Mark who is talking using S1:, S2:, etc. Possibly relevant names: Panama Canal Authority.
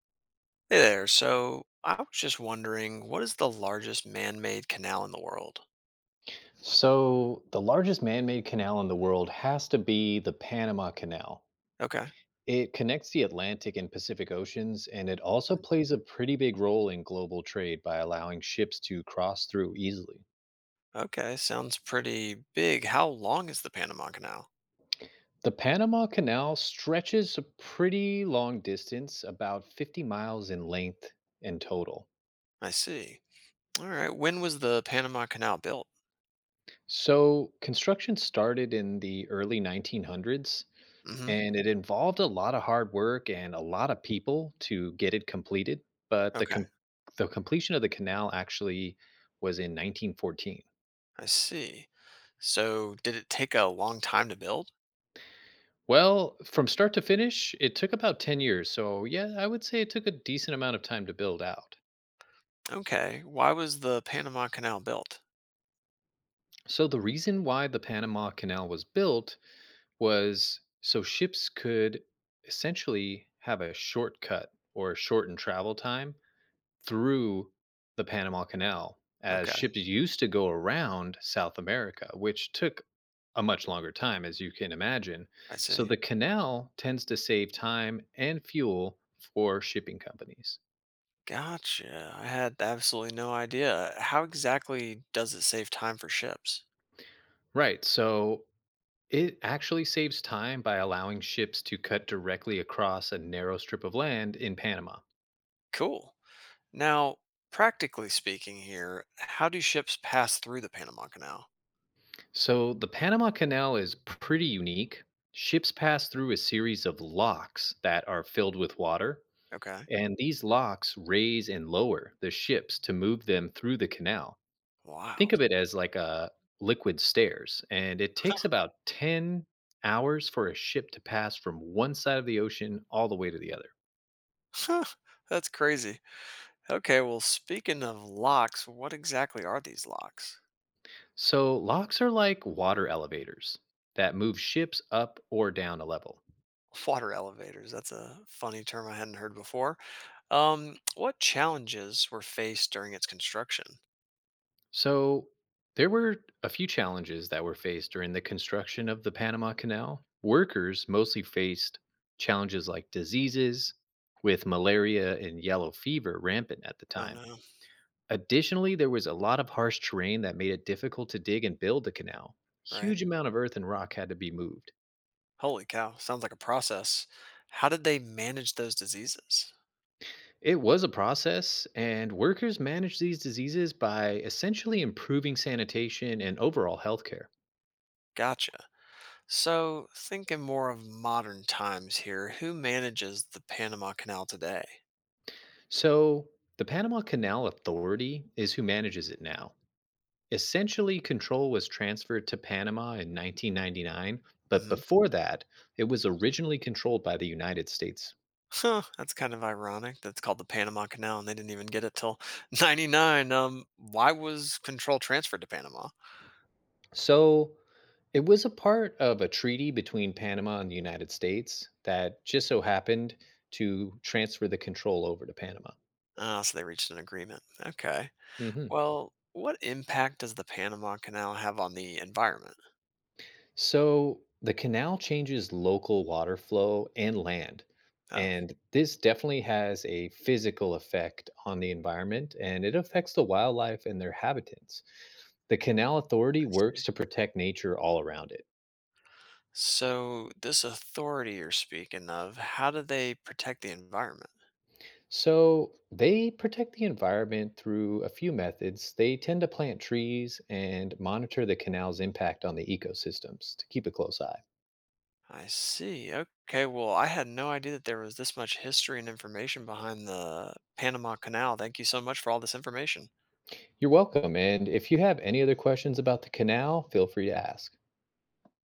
S1: Hey there. So I was just wondering, what is the largest man-made canal in the world?
S2: So, the largest man made canal in the world has to be the Panama Canal.
S1: Okay.
S2: It connects the Atlantic and Pacific Oceans, and it also plays a pretty big role in global trade by allowing ships to cross through easily.
S1: Okay. Sounds pretty big. How long is the Panama Canal?
S2: The Panama Canal stretches a pretty long distance, about 50 miles in length in total.
S1: I see. All right. When was the Panama Canal built?
S2: So, construction started in the early 1900s,
S1: Mm-hmm.
S2: and it involved a lot of hard work and a lot of people to get it completed. But the
S1: Okay.
S2: com- the completion of the canal actually was in 1914.
S1: I see. So did it take a long time to build?
S2: Well, from start to finish, it took about 10 years. So, yeah, I would say it took a decent amount of time to build out.
S1: Okay. Why was the Panama Canal built?
S2: So, the reason why the Panama Canal was built was so ships could essentially have a shortcut or a shortened travel time through the Panama Canal, as
S1: Okay.
S2: ships used to go around South America, which took a much longer time, as you can imagine.
S1: I
S2: So
S1: see.
S2: the canal tends to save time and fuel for shipping companies.
S1: Gotcha. I had absolutely no idea. How exactly does it save time for ships?
S2: Right. So it actually saves time by allowing ships to cut directly across a narrow strip of land in Panama.
S1: Cool. Now, practically speaking here, how do ships pass through the Panama Canal?
S2: So the Panama Canal is pretty unique. Ships pass through a series of locks that are filled with water.
S1: Okay.
S2: And these locks raise and lower the ships to move them through the canal. Think
S1: Wild.
S2: of it as like a liquid stairs, and it takes about 10 hours for a ship to pass from one side of the ocean all the way to the other.
S1: Huh, that's crazy. Okay, well, speaking of locks, what exactly are these locks?
S2: So, locks are like water elevators that move ships up or down a level.
S1: Water elevators. That's a funny term I hadn't heard before. What challenges were faced during its construction?
S2: So, there were a few challenges that were faced during the construction of the Panama Canal. Workers mostly faced challenges like diseases, with malaria and yellow fever rampant at the
S1: Oh
S2: time.
S1: no,
S2: Additionally, there was a lot of harsh terrain that made it difficult to dig and build the canal.
S1: right.
S2: Huge amount of earth and rock had to be moved.
S1: Holy cow, sounds like a process. How did they manage those diseases?
S2: It was a process, and workers managed these diseases by essentially improving sanitation and overall healthcare.
S1: Gotcha. So, thinking more of modern times here, who manages the Panama Canal today?
S2: So, the Panama Canal Authority is who manages it now. Essentially, control was transferred to Panama in 1999, but
S1: Hmm.
S2: before that, it was originally controlled by the United States.
S1: Huh, that's kind of ironic. That's called the Panama Canal, and they didn't even get it till 99. Why was control transferred to Panama?
S2: So, it was a part of a treaty between Panama and the United States that just so happened to transfer the control over to Panama.
S1: Ah, so they reached an agreement. Okay.
S2: Mhm.
S1: Well, what impact does the Panama Canal have on the environment?
S2: So the canal changes local water flow and land.
S1: Oh,
S2: And this definitely has a physical effect on the environment, and it affects the wildlife and their habitats. The Canal Authority
S1: I see.
S2: works to protect nature all around it.
S1: So, this authority you're speaking of, how do they protect the environment?
S2: So they protect the environment through a few methods. They tend to plant trees and monitor the canal's impact on the ecosystems to keep a close eye.
S1: I see. Okay. Well, I had no idea that there was this much history and information behind the Panama Canal. Thank you so much for all this information.
S2: You're welcome. And if you have any other questions about the canal, feel free to ask.